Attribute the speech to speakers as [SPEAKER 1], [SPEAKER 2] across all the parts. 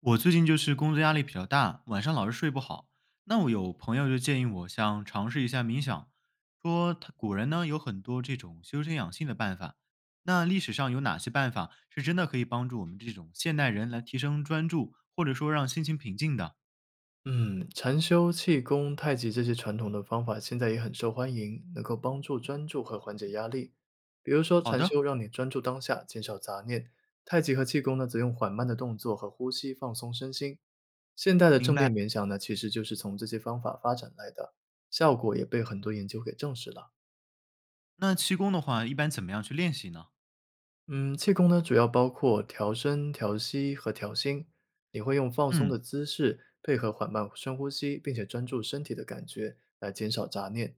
[SPEAKER 1] 我最近就是工作压力比较大，晚上老是睡不好。那我有朋友就建议我想尝试一下冥想，说他古人呢有很多这种修身养性的办法。那历史上有哪些办法是真的可以帮助我们这种现代人来提升专注，或者说让心情平静的？
[SPEAKER 2] 嗯，禅修、气功、太极这些传统的方法现在也很受欢迎，能够帮助专注和缓解压力。比如说，
[SPEAKER 1] 好
[SPEAKER 2] 禅
[SPEAKER 1] 的，
[SPEAKER 2] 修让你专注当下，减少杂念；太极和气功呢，则用缓慢的动作和呼吸放松身心。现代的
[SPEAKER 1] 明
[SPEAKER 2] 正念
[SPEAKER 1] 白。
[SPEAKER 2] 冥想呢，其实就是从这些方法发展来的，效果也被很多研究给证实了。
[SPEAKER 1] 那气功的话，一般怎么样去练习呢？
[SPEAKER 2] 嗯，气功呢，主要包括调身、调息和调心。你会用放松
[SPEAKER 1] 嗯，
[SPEAKER 2] 的姿势，配合缓慢深呼吸，并且专注身体的感觉，来减少杂念。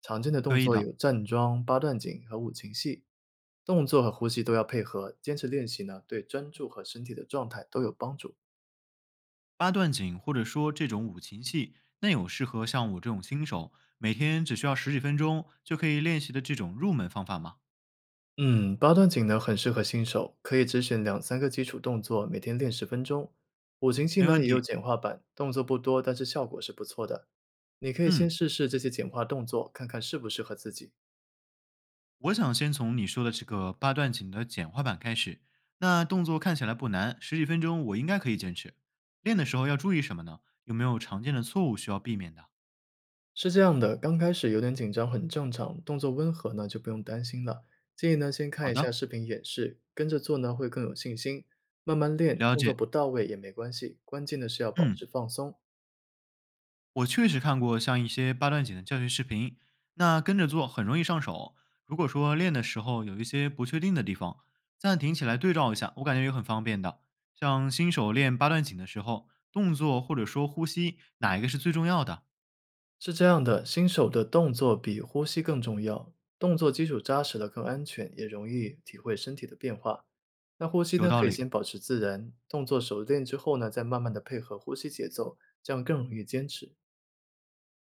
[SPEAKER 2] 常见的动
[SPEAKER 1] 可以
[SPEAKER 2] 作
[SPEAKER 1] 的。
[SPEAKER 2] 有站桩、八段锦和五禽戏。动作和呼吸都要配合，坚持练习呢，对专注和身体的状态都有帮助。
[SPEAKER 1] 八段锦或者说这种五禽戏，那有适合像我这种新手每天只需要十几分钟就可以练习的这种入门方法吗？
[SPEAKER 2] 嗯，八段锦呢很适合新手，可以只选两三个基础动作，每天练10分钟。五禽戏
[SPEAKER 1] 没
[SPEAKER 2] 呢
[SPEAKER 1] 问
[SPEAKER 2] 也有
[SPEAKER 1] 题。
[SPEAKER 2] 简化版，动作不多，但是效果是不错的。你可以先
[SPEAKER 1] 嗯，
[SPEAKER 2] 试试这些简化动作，看看适不适合自己。
[SPEAKER 1] 我想先从你说的这个八段锦的简化版开始。那动作看起来不难，十几分钟我应该可以坚持。练的时候要注意什么呢？有没有常见的错误需要避免的？
[SPEAKER 2] 是这样的，刚开始有点紧张很正常，动作温和呢就不用担心了。建议呢先看
[SPEAKER 1] 好
[SPEAKER 2] 一下
[SPEAKER 1] 的，
[SPEAKER 2] 视频演示，跟着做呢会更有信心。慢慢练，
[SPEAKER 1] 了
[SPEAKER 2] 动作
[SPEAKER 1] 解。
[SPEAKER 2] 不到位也没关系，关键的是要保
[SPEAKER 1] 嗯，
[SPEAKER 2] 持放松。
[SPEAKER 1] 我确实看过像一些八段锦的教学视频，那跟着做很容易上手。如果说练的时候有一些不确定的地方，暂停起来对照一下，我感觉也很方便的。像新手练八段锦的时候，动作或者说呼吸哪一个是最重要的？
[SPEAKER 2] 是这样的，新手的动作比呼吸更重要，动作基础扎实了更安全，也容易体会身体的变化。那呼吸
[SPEAKER 1] 有
[SPEAKER 2] 呢，
[SPEAKER 1] 道
[SPEAKER 2] 可以
[SPEAKER 1] 理。
[SPEAKER 2] 先保持自然，动作熟练之后呢，再慢慢的配合呼吸节奏，这样更容易坚持。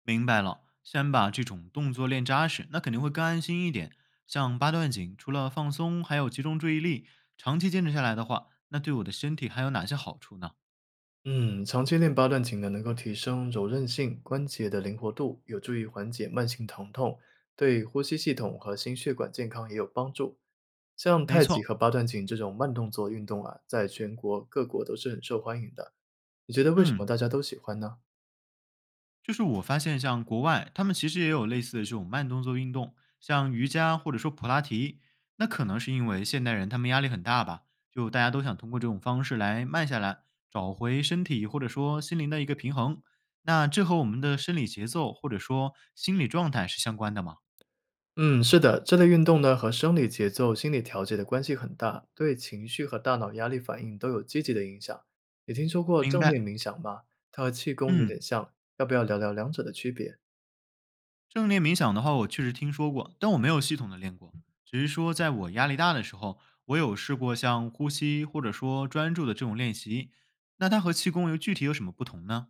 [SPEAKER 1] 明白了，先把这种动作练扎实，那肯定会更安心一点。像八段锦，除了放松，还有集中注意力，长期坚持下来的话，那对我的身体还有哪些好处呢？
[SPEAKER 2] 嗯，长期练八段锦呢，能够提升柔韧性、关节的灵活度，有助于缓解慢性疼痛，对呼吸系统和心血管健康也有帮助。像
[SPEAKER 1] 没
[SPEAKER 2] 太极
[SPEAKER 1] 错，
[SPEAKER 2] 和八段锦这种慢动作运动啊，在全国各国都是很受欢迎的。你觉得为什么
[SPEAKER 1] 嗯。
[SPEAKER 2] 大家都喜欢呢？
[SPEAKER 1] 就是我发现，像国外，他们其实也有类似的这种慢动作运动，像瑜伽或者说普拉提。那可能是因为现代人他们压力很大吧，就大家都想通过这种方式来慢下来，找回身体或者说心灵的一个平衡。那这和我们的生理节奏或者说心理状态是相关的吗？
[SPEAKER 2] 嗯，是的，这类运动呢和生理节奏、心理调节的关系很大，对情绪和大脑压力反应都有积极的影响。你听说过
[SPEAKER 1] 明
[SPEAKER 2] 正念
[SPEAKER 1] 白，
[SPEAKER 2] 冥想吗？它和气功有点
[SPEAKER 1] 嗯。
[SPEAKER 2] 像，要不要聊聊两者的区别？
[SPEAKER 1] 正念冥想的话，我确实听说过，但我没有系统的练过。只是说，在我压力大的时候，我有试过像呼吸或者说专注的这种练习。那它和气功又具体有什么不同呢？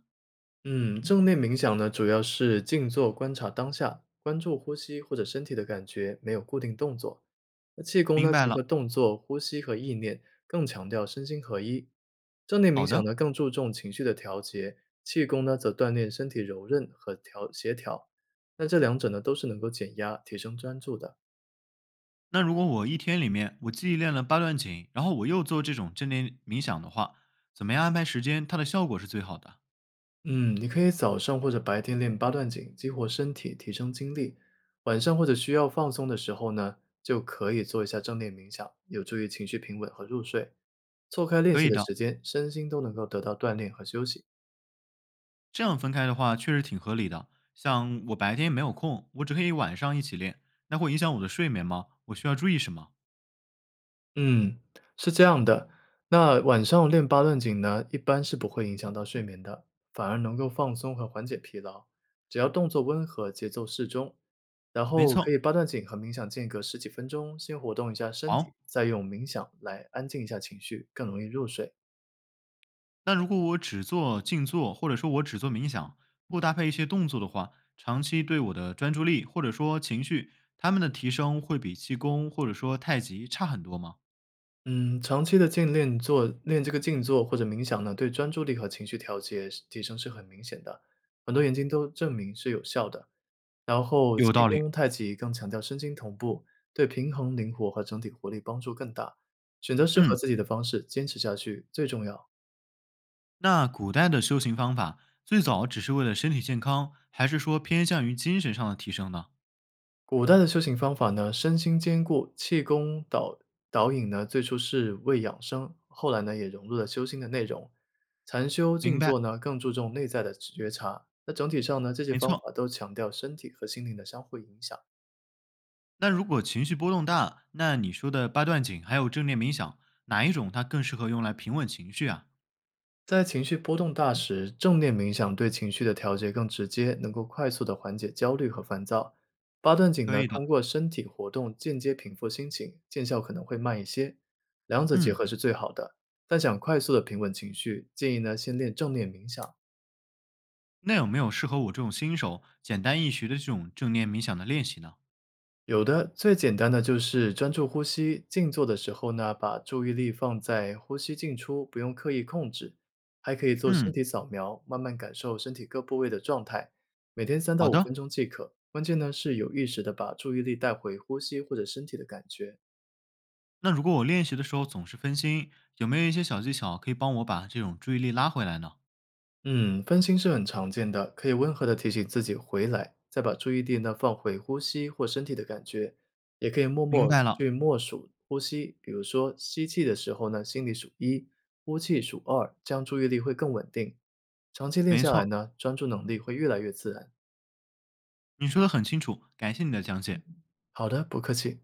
[SPEAKER 2] 嗯，正念冥想呢，主要是静坐观察当下，关注呼吸或者身体的感觉，没有固定动作。那气功
[SPEAKER 1] 明
[SPEAKER 2] 呢，
[SPEAKER 1] 白
[SPEAKER 2] 结合
[SPEAKER 1] 了，
[SPEAKER 2] 动作、呼吸和意念，更强调身心合一。正念冥
[SPEAKER 1] 好
[SPEAKER 2] 想
[SPEAKER 1] 的。
[SPEAKER 2] 呢，更注重情绪的调节，气功呢，则锻炼身体柔韧和调协调。那这两者呢，都是能够减压、提升专注的。
[SPEAKER 1] 那如果我一天里面我既练了八段锦，然后我又做这种正念冥想的话，怎么样安排时间，它的效果是最好的？
[SPEAKER 2] 嗯，你可以早上或者白天练八段锦，激活身体，提升精力；晚上或者需要放松的时候呢，就可以做一下正念冥想，有助于情绪平稳和入睡。错开练
[SPEAKER 1] 可
[SPEAKER 2] 习
[SPEAKER 1] 以
[SPEAKER 2] 的
[SPEAKER 1] 的，
[SPEAKER 2] 时间，身心都能够得到锻炼和休息。
[SPEAKER 1] 这样分开的话确实挺合理的。像我白天没有空，我只可以晚上一起练，那会影响我的睡眠吗？我需要注意什么？
[SPEAKER 2] 嗯，是这样的。那晚上练八段锦呢，一般是不会影响到睡眠的，反而能够放松和缓解疲劳。只要动作温和，节奏适中，然
[SPEAKER 1] 没
[SPEAKER 2] 后可
[SPEAKER 1] 错，
[SPEAKER 2] 以八段锦和冥想间隔十几分钟，先活动一下身体，
[SPEAKER 1] 好。
[SPEAKER 2] 再用冥想来安静一下情绪，更容易入睡。
[SPEAKER 1] 那如果我只做静坐，或者说我只做冥想，不搭配一些动作的话，长期对我的专注力或者说情绪，他们的提升会比气功或者说太极差很多吗？
[SPEAKER 2] 嗯，长期的静练做练这个静坐或者冥想呢，对专注力和情绪调节是提升是很明显的，很多研究都证明是有效的。然后
[SPEAKER 1] 有
[SPEAKER 2] 气
[SPEAKER 1] 道理。
[SPEAKER 2] 功、太极更强调身心同步，对平衡、灵活和整体活力帮助更大。选择适合
[SPEAKER 1] 嗯，
[SPEAKER 2] 自己的方式，坚持下去最重要。
[SPEAKER 1] 那古代的修行方法最早只是为了身体健康，还是说偏向于精神上的提升呢？
[SPEAKER 2] 古代的修行方法呢，身心兼顾，气功导引呢，最初是为养生，后来呢也融入了修心的内容。禅修、静
[SPEAKER 1] 明白，
[SPEAKER 2] 坐呢，更注重内在的觉察。那整体上呢，这些
[SPEAKER 1] 没
[SPEAKER 2] 方法
[SPEAKER 1] 错。
[SPEAKER 2] 都强调身体和心灵的相互影响。
[SPEAKER 1] 那如果情绪波动大，那你说的八段锦还有正念冥想，哪一种它更适合用来平稳情绪啊？
[SPEAKER 2] 在情绪波动大时，正念冥想对情绪的调节更直接，能够快速的缓解焦虑和烦躁。八段锦
[SPEAKER 1] 可
[SPEAKER 2] 呢，
[SPEAKER 1] 以
[SPEAKER 2] 通
[SPEAKER 1] 的。
[SPEAKER 2] 过身体活动间接平复心情，见效可能会慢一些。两者结
[SPEAKER 1] 嗯，
[SPEAKER 2] 合是最好的，但想快速的平稳情绪，建议呢先练正念冥想，
[SPEAKER 1] 那有没有适合我这种新手简单易学的这种正念冥想的练习呢？
[SPEAKER 2] 有的，最简单的就是专注呼吸，静坐的时候呢，把注意力放在呼吸进出，不用刻意控制。还可以做身
[SPEAKER 1] 嗯，
[SPEAKER 2] 体扫描，慢慢感受身体各部位的状态，每天三到
[SPEAKER 1] 好
[SPEAKER 2] 五分
[SPEAKER 1] 的。
[SPEAKER 2] 钟即可。关键呢是有意识的把注意力带回呼吸或者身体的感觉。
[SPEAKER 1] 那如果我练习的时候总是分心，有没有一些小技巧可以帮我把这种注意力拉回来呢？
[SPEAKER 2] 嗯，分心是很常见的，可以温和的提醒自己回来，再把注意力呢放回呼吸或身体的感觉，也可以默
[SPEAKER 1] 明
[SPEAKER 2] 默
[SPEAKER 1] 白了，
[SPEAKER 2] 去默数呼吸，比如说吸气的时候呢，心里数一，呼气数二，这样注意力会更稳定。长期练
[SPEAKER 1] 没
[SPEAKER 2] 下来
[SPEAKER 1] 错，
[SPEAKER 2] 呢，专注能力会越来越自然。
[SPEAKER 1] 你说的很清楚，感谢你的讲解。
[SPEAKER 2] 好的，不客气。